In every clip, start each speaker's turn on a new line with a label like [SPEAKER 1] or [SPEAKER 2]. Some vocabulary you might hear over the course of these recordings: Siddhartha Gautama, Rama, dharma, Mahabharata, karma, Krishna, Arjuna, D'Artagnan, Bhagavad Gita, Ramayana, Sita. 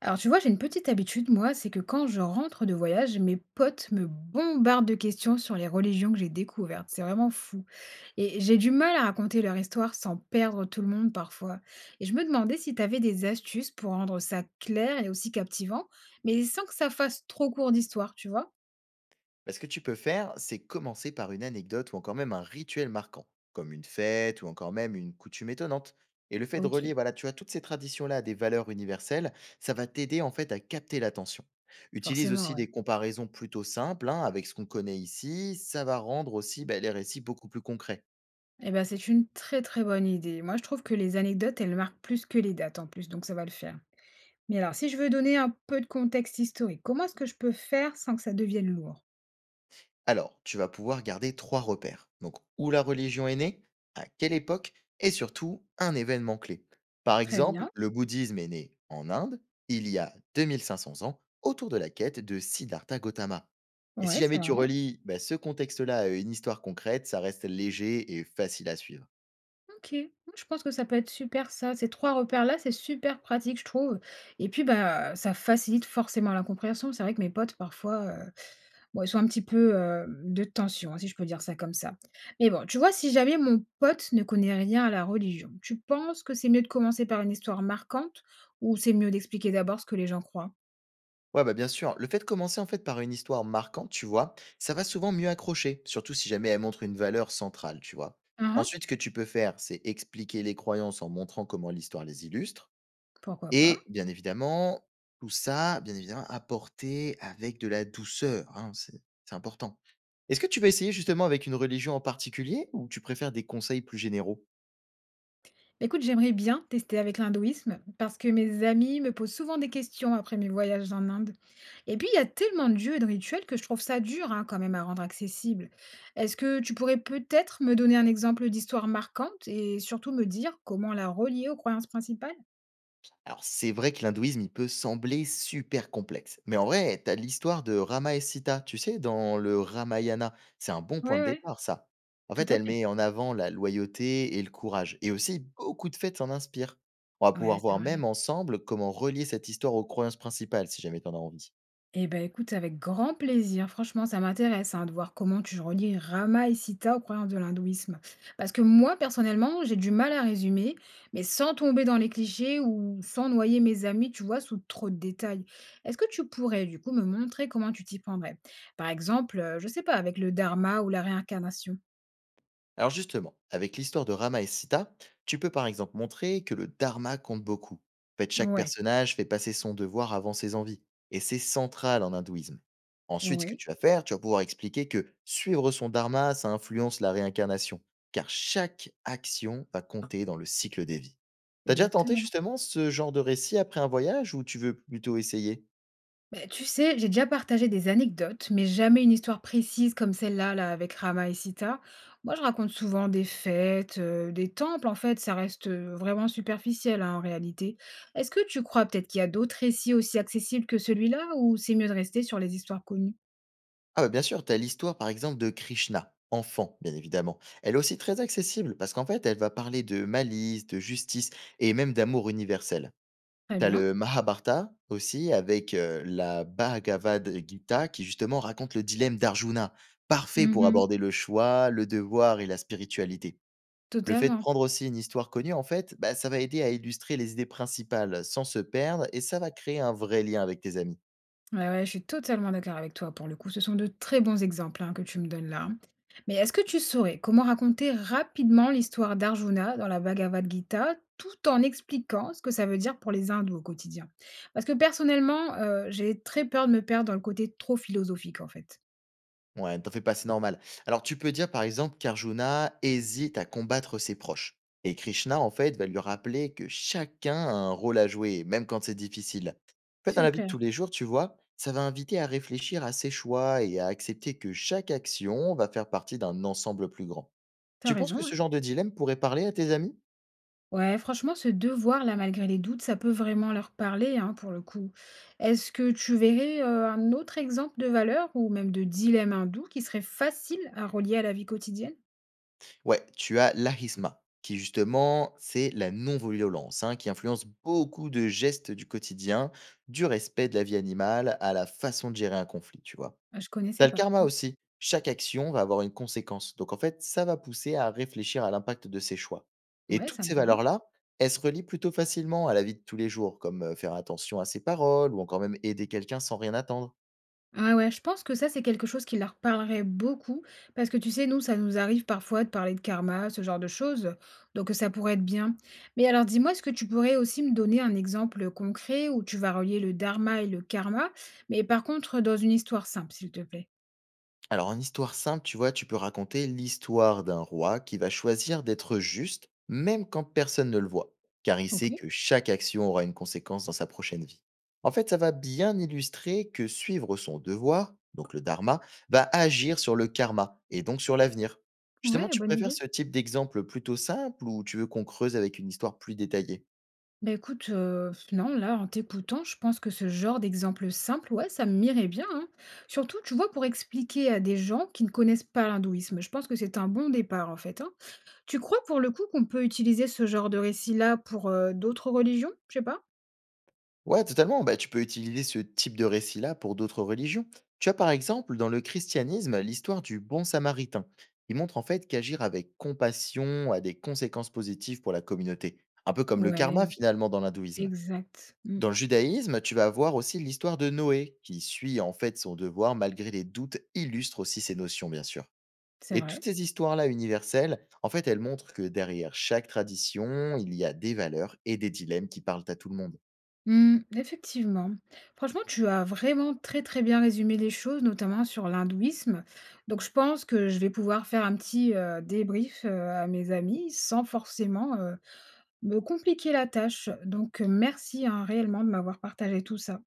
[SPEAKER 1] Alors tu vois, j'ai une petite habitude, moi, c'est que quand je rentre de voyage, mes potes me bombardent de questions sur les religions que j'ai découvertes. C'est vraiment fou. Et j'ai du mal à raconter leur histoire sans perdre tout le monde parfois. Et je me demandais si tu avais des astuces pour rendre ça clair et aussi captivant, mais sans que ça fasse trop court d'histoire, tu vois?
[SPEAKER 2] Bah, ce que tu peux faire, c'est commencer par une anecdote ou encore même un rituel marquant, comme une fête ou encore même une coutume étonnante. Et le fait de relier,
[SPEAKER 1] Ok,
[SPEAKER 2] voilà, tu vois, toutes ces traditions-là à des valeurs universelles, ça va t'aider en fait à capter l'attention. Utilise
[SPEAKER 1] forcément,
[SPEAKER 2] aussi
[SPEAKER 1] ouais.
[SPEAKER 2] des comparaisons plutôt simples hein, avec ce qu'on connaît ici, ça va rendre aussi bah, les récits beaucoup plus concrets.
[SPEAKER 1] Eh ben, c'est une très très bonne idée. Moi, je trouve que les anecdotes, elles marquent plus que les dates en plus, donc ça va le faire. Mais alors, si je veux donner un peu de contexte historique, comment est-ce que je peux faire sans que ça devienne lourd?
[SPEAKER 2] Alors, tu vas pouvoir garder trois repères. Donc, où la religion est née, à quelle époque, et surtout un événement clé. Par
[SPEAKER 1] Très
[SPEAKER 2] exemple,
[SPEAKER 1] bien.
[SPEAKER 2] le bouddhisme est né en Inde, il y a 2500 ans, autour de la quête de Siddhartha Gautama. Et si
[SPEAKER 1] Ouais, c'est
[SPEAKER 2] jamais tu
[SPEAKER 1] vrai.
[SPEAKER 2] relis bah, ce contexte-là à une histoire concrète, ça reste léger et facile à suivre.
[SPEAKER 1] OK. Mmh, je pense que ça peut être super ça. Ces 3 repères-là, c'est super pratique, je trouve, et puis, bah, ça facilite forcément la compréhension. C'est vrai que mes potes, parfois, bon, ils sont un petit peu, de tension, hein, si je peux dire ça comme ça. Mais bon, tu vois, si jamais mon pote ne connaît rien à la religion, tu penses que c'est mieux de commencer par une histoire marquante ou c'est mieux d'expliquer d'abord ce que les gens croient?
[SPEAKER 2] Ouais, bah, bien sûr. Le fait de commencer en fait par une histoire marquante, tu vois, ça va souvent mieux accrocher, surtout si jamais elle montre une valeur centrale, tu vois.
[SPEAKER 1] Mmh.
[SPEAKER 2] Ensuite, ce que tu peux faire, c'est expliquer les croyances en montrant comment l'histoire les illustre.
[SPEAKER 1] Pourquoi pas?
[SPEAKER 2] Et bien évidemment, tout ça, bien évidemment, apporter avec de la douceur. Hein, c'est important. Est-ce que tu vas essayer justement avec une religion en particulier ou tu préfères des conseils plus généraux?
[SPEAKER 1] Écoute, j'aimerais bien tester avec l'hindouisme parce que mes amis me posent souvent des questions après mes voyages en Inde. Et puis, il y a tellement de dieux et de rituels que je trouve ça dur hein, quand même à rendre accessible. Est-ce que tu pourrais peut-être me donner un exemple d'histoire marquante et surtout me dire comment la relier aux croyances principales?
[SPEAKER 2] Alors, c'est vrai que l'hindouisme, il peut sembler super complexe. Mais en vrai, t'as l'histoire de Rama et Sita, tu sais, dans le Ramayana. C'est un bon point
[SPEAKER 1] Oui,
[SPEAKER 2] de
[SPEAKER 1] oui.
[SPEAKER 2] départ, ça. En
[SPEAKER 1] Tout
[SPEAKER 2] fait,
[SPEAKER 1] à
[SPEAKER 2] elle
[SPEAKER 1] fait.
[SPEAKER 2] met en avant la loyauté et le courage. Et aussi, beaucoup de fêtes s'en inspirent. On va
[SPEAKER 1] Ouais,
[SPEAKER 2] pouvoir
[SPEAKER 1] c'est
[SPEAKER 2] voir même
[SPEAKER 1] vrai.
[SPEAKER 2] ensemble comment relier cette histoire aux croyances principales, si jamais t'en as envie.
[SPEAKER 1] Eh ben, écoute, avec grand plaisir. Franchement, ça m'intéresse hein, de voir comment tu relis Rama et Sita aux croyances de l'hindouisme. Parce que moi, personnellement, j'ai du mal à résumer, mais sans tomber dans les clichés ou sans noyer mes amis, tu vois, sous trop de détails. Est-ce que tu pourrais, du coup, me montrer comment tu t'y prendrais? Par exemple, je sais pas, avec le dharma ou la réincarnation.
[SPEAKER 2] Alors justement, avec l'histoire de Rama et Sita, tu peux par exemple montrer que le dharma compte beaucoup. En fait, chaque
[SPEAKER 1] Ouais,
[SPEAKER 2] personnage fait passer son devoir avant ses envies, et c'est central en hindouisme. Ensuite, ce que
[SPEAKER 1] oui,
[SPEAKER 2] tu vas faire, tu vas pouvoir expliquer que suivre son dharma, ça influence la réincarnation, car chaque action va compter dans le cycle des vies. T'as déjà tenté
[SPEAKER 1] exactement.
[SPEAKER 2] justement ce genre de récit après un voyage ou tu veux plutôt essayer?
[SPEAKER 1] Bah, tu sais, j'ai déjà partagé des anecdotes, mais jamais une histoire précise comme celle-là, là, avec Rama et Sita. Moi, je raconte souvent des fêtes, des temples, en fait, ça reste vraiment superficiel, hein, en réalité. Est-ce que tu crois peut-être qu'il y a d'autres récits aussi accessibles que celui-là, ou c'est mieux de rester sur les histoires connues?
[SPEAKER 2] Ah bah, bien sûr, tu as l'histoire par exemple de Krishna, enfant bien évidemment. Elle est aussi très accessible parce qu'en fait elle va parler de malice, de justice et même d'amour universel.
[SPEAKER 1] Très
[SPEAKER 2] T'as
[SPEAKER 1] bien.
[SPEAKER 2] le Mahabharata aussi avec la Bhagavad Gita qui justement raconte le dilemme d'Arjuna, parfait pour
[SPEAKER 1] Mhm.
[SPEAKER 2] aborder le choix, le devoir et la spiritualité. Le fait de
[SPEAKER 1] Totalement.
[SPEAKER 2] prendre aussi une histoire connue, en fait, bah, ça va aider à illustrer les idées principales sans se perdre et ça va créer un vrai lien avec tes amis.
[SPEAKER 1] Ouais, ouais, je suis totalement d'accord avec toi pour le coup. Ce sont de très bons exemples, hein, que tu me donnes là. Mais est-ce que tu saurais comment raconter rapidement l'histoire d'Arjuna dans la Bhagavad Gita tout en expliquant ce que ça veut dire pour les hindous au quotidien? Parce que personnellement, j'ai très peur de me perdre dans le côté trop philosophique en fait.
[SPEAKER 2] Ouais, ne t'en fais pas, c'est normal. Alors tu peux dire par exemple qu'Arjuna hésite à combattre ses proches. Et Krishna, en fait, va lui rappeler que chacun a un rôle à jouer, même quand c'est difficile. En fait, dans la vie de
[SPEAKER 1] Super,
[SPEAKER 2] tous les jours, tu vois, ça va inviter à réfléchir à ses choix et à accepter que chaque action va faire partie d'un ensemble plus grand.
[SPEAKER 1] t'as
[SPEAKER 2] Tu penses
[SPEAKER 1] raison,
[SPEAKER 2] que
[SPEAKER 1] ouais.
[SPEAKER 2] ce genre de dilemme pourrait parler à tes amis?
[SPEAKER 1] Ouais, franchement, ce devoir-là, malgré les doutes, ça peut vraiment leur parler, hein, pour le coup. Est-ce que tu verrais, un autre exemple de valeur ou même de dilemme hindou qui serait facile à relier à la vie quotidienne?
[SPEAKER 2] Ouais, tu as l'ahisma, qui justement, c'est la non-violence, hein, qui influence beaucoup de gestes du quotidien, du respect de la vie animale à la façon de gérer un conflit, tu vois.
[SPEAKER 1] Ah, je
[SPEAKER 2] T'as
[SPEAKER 1] connaissais
[SPEAKER 2] le
[SPEAKER 1] pas.
[SPEAKER 2] karma
[SPEAKER 1] Mmh.
[SPEAKER 2] aussi. Chaque action va avoir une conséquence. Donc en fait, ça va pousser à réfléchir à l'impact de ses choix. Et
[SPEAKER 1] Ouais,
[SPEAKER 2] toutes
[SPEAKER 1] ça me
[SPEAKER 2] ces
[SPEAKER 1] parle.
[SPEAKER 2] valeurs-là, elles se relient plutôt facilement à la vie de tous les jours, comme faire attention à ses paroles ou encore même aider quelqu'un sans rien attendre.
[SPEAKER 1] Ouais, ouais, je pense que ça, c'est quelque chose qui leur parlerait beaucoup parce que tu sais, nous, ça nous arrive parfois de parler de karma, ce genre de choses, donc ça pourrait être bien. Mais alors, dis-moi, est-ce que tu pourrais aussi me donner un exemple concret où tu vas relier le dharma et le karma, mais par contre, dans une histoire simple, s'il te plaît?
[SPEAKER 2] Alors, en histoire simple, tu vois, tu peux raconter l'histoire d'un roi qui va choisir d'être juste, même quand personne ne le voit, car il
[SPEAKER 1] Ok,
[SPEAKER 2] sait que chaque action aura une conséquence dans sa prochaine vie. En fait, ça va bien illustrer que suivre son devoir, donc le dharma, va agir sur le karma et donc sur l'avenir. Justement,
[SPEAKER 1] ouais,
[SPEAKER 2] tu
[SPEAKER 1] bonne
[SPEAKER 2] préfères
[SPEAKER 1] idée.
[SPEAKER 2] ce type d'exemple plutôt simple ou tu veux qu'on creuse avec une histoire plus détaillée?
[SPEAKER 1] Bah écoute, non, là, en t'écoutant, je pense que ce genre d'exemple simple, ouais, ça m'irait bien, hein. Surtout, tu vois, pour expliquer à des gens qui ne connaissent pas l'hindouisme. Je pense que c'est un bon départ, en fait, hein. Tu crois, pour le coup, qu'on peut utiliser ce genre de récit-là pour, d'autres religions? Je sais pas.
[SPEAKER 2] Ouais, totalement. Bah, tu peux utiliser ce type de récit-là pour d'autres religions. Tu as par exemple dans le christianisme l'histoire du bon samaritain. Il montre en fait qu'agir avec compassion a des conséquences positives pour la communauté, un peu comme le karma
[SPEAKER 1] Ouais,
[SPEAKER 2] finalement dans l'hindouisme.
[SPEAKER 1] exact. Mmh,
[SPEAKER 2] Dans le judaïsme, tu vas avoir aussi l'histoire de Noé, qui suit en fait son devoir malgré les doutes, illustre aussi ces notions bien sûr.
[SPEAKER 1] c'est
[SPEAKER 2] Et toutes
[SPEAKER 1] vrai.
[SPEAKER 2] ces histoires-là universelles, en fait, elles montrent que derrière chaque tradition, il y a des valeurs et des dilemmes qui parlent à tout le monde.
[SPEAKER 1] Mmh, effectivement. Franchement, tu as vraiment très, très bien résumé les choses, notamment sur l'hindouisme. Donc, je pense que je vais pouvoir faire un petit, débrief, à mes amis sans forcément, me compliquer la tâche. Donc, merci, hein, réellement de m'avoir partagé tout ça.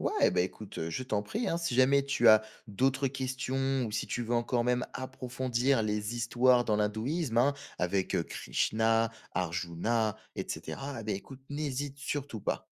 [SPEAKER 2] Ouais, bah écoute, je t'en prie, hein, si jamais tu as d'autres questions ou si tu veux encore même approfondir les histoires dans l'hindouisme, hein, avec Krishna, Arjuna, etc., eh ben écoute, n'hésite surtout pas.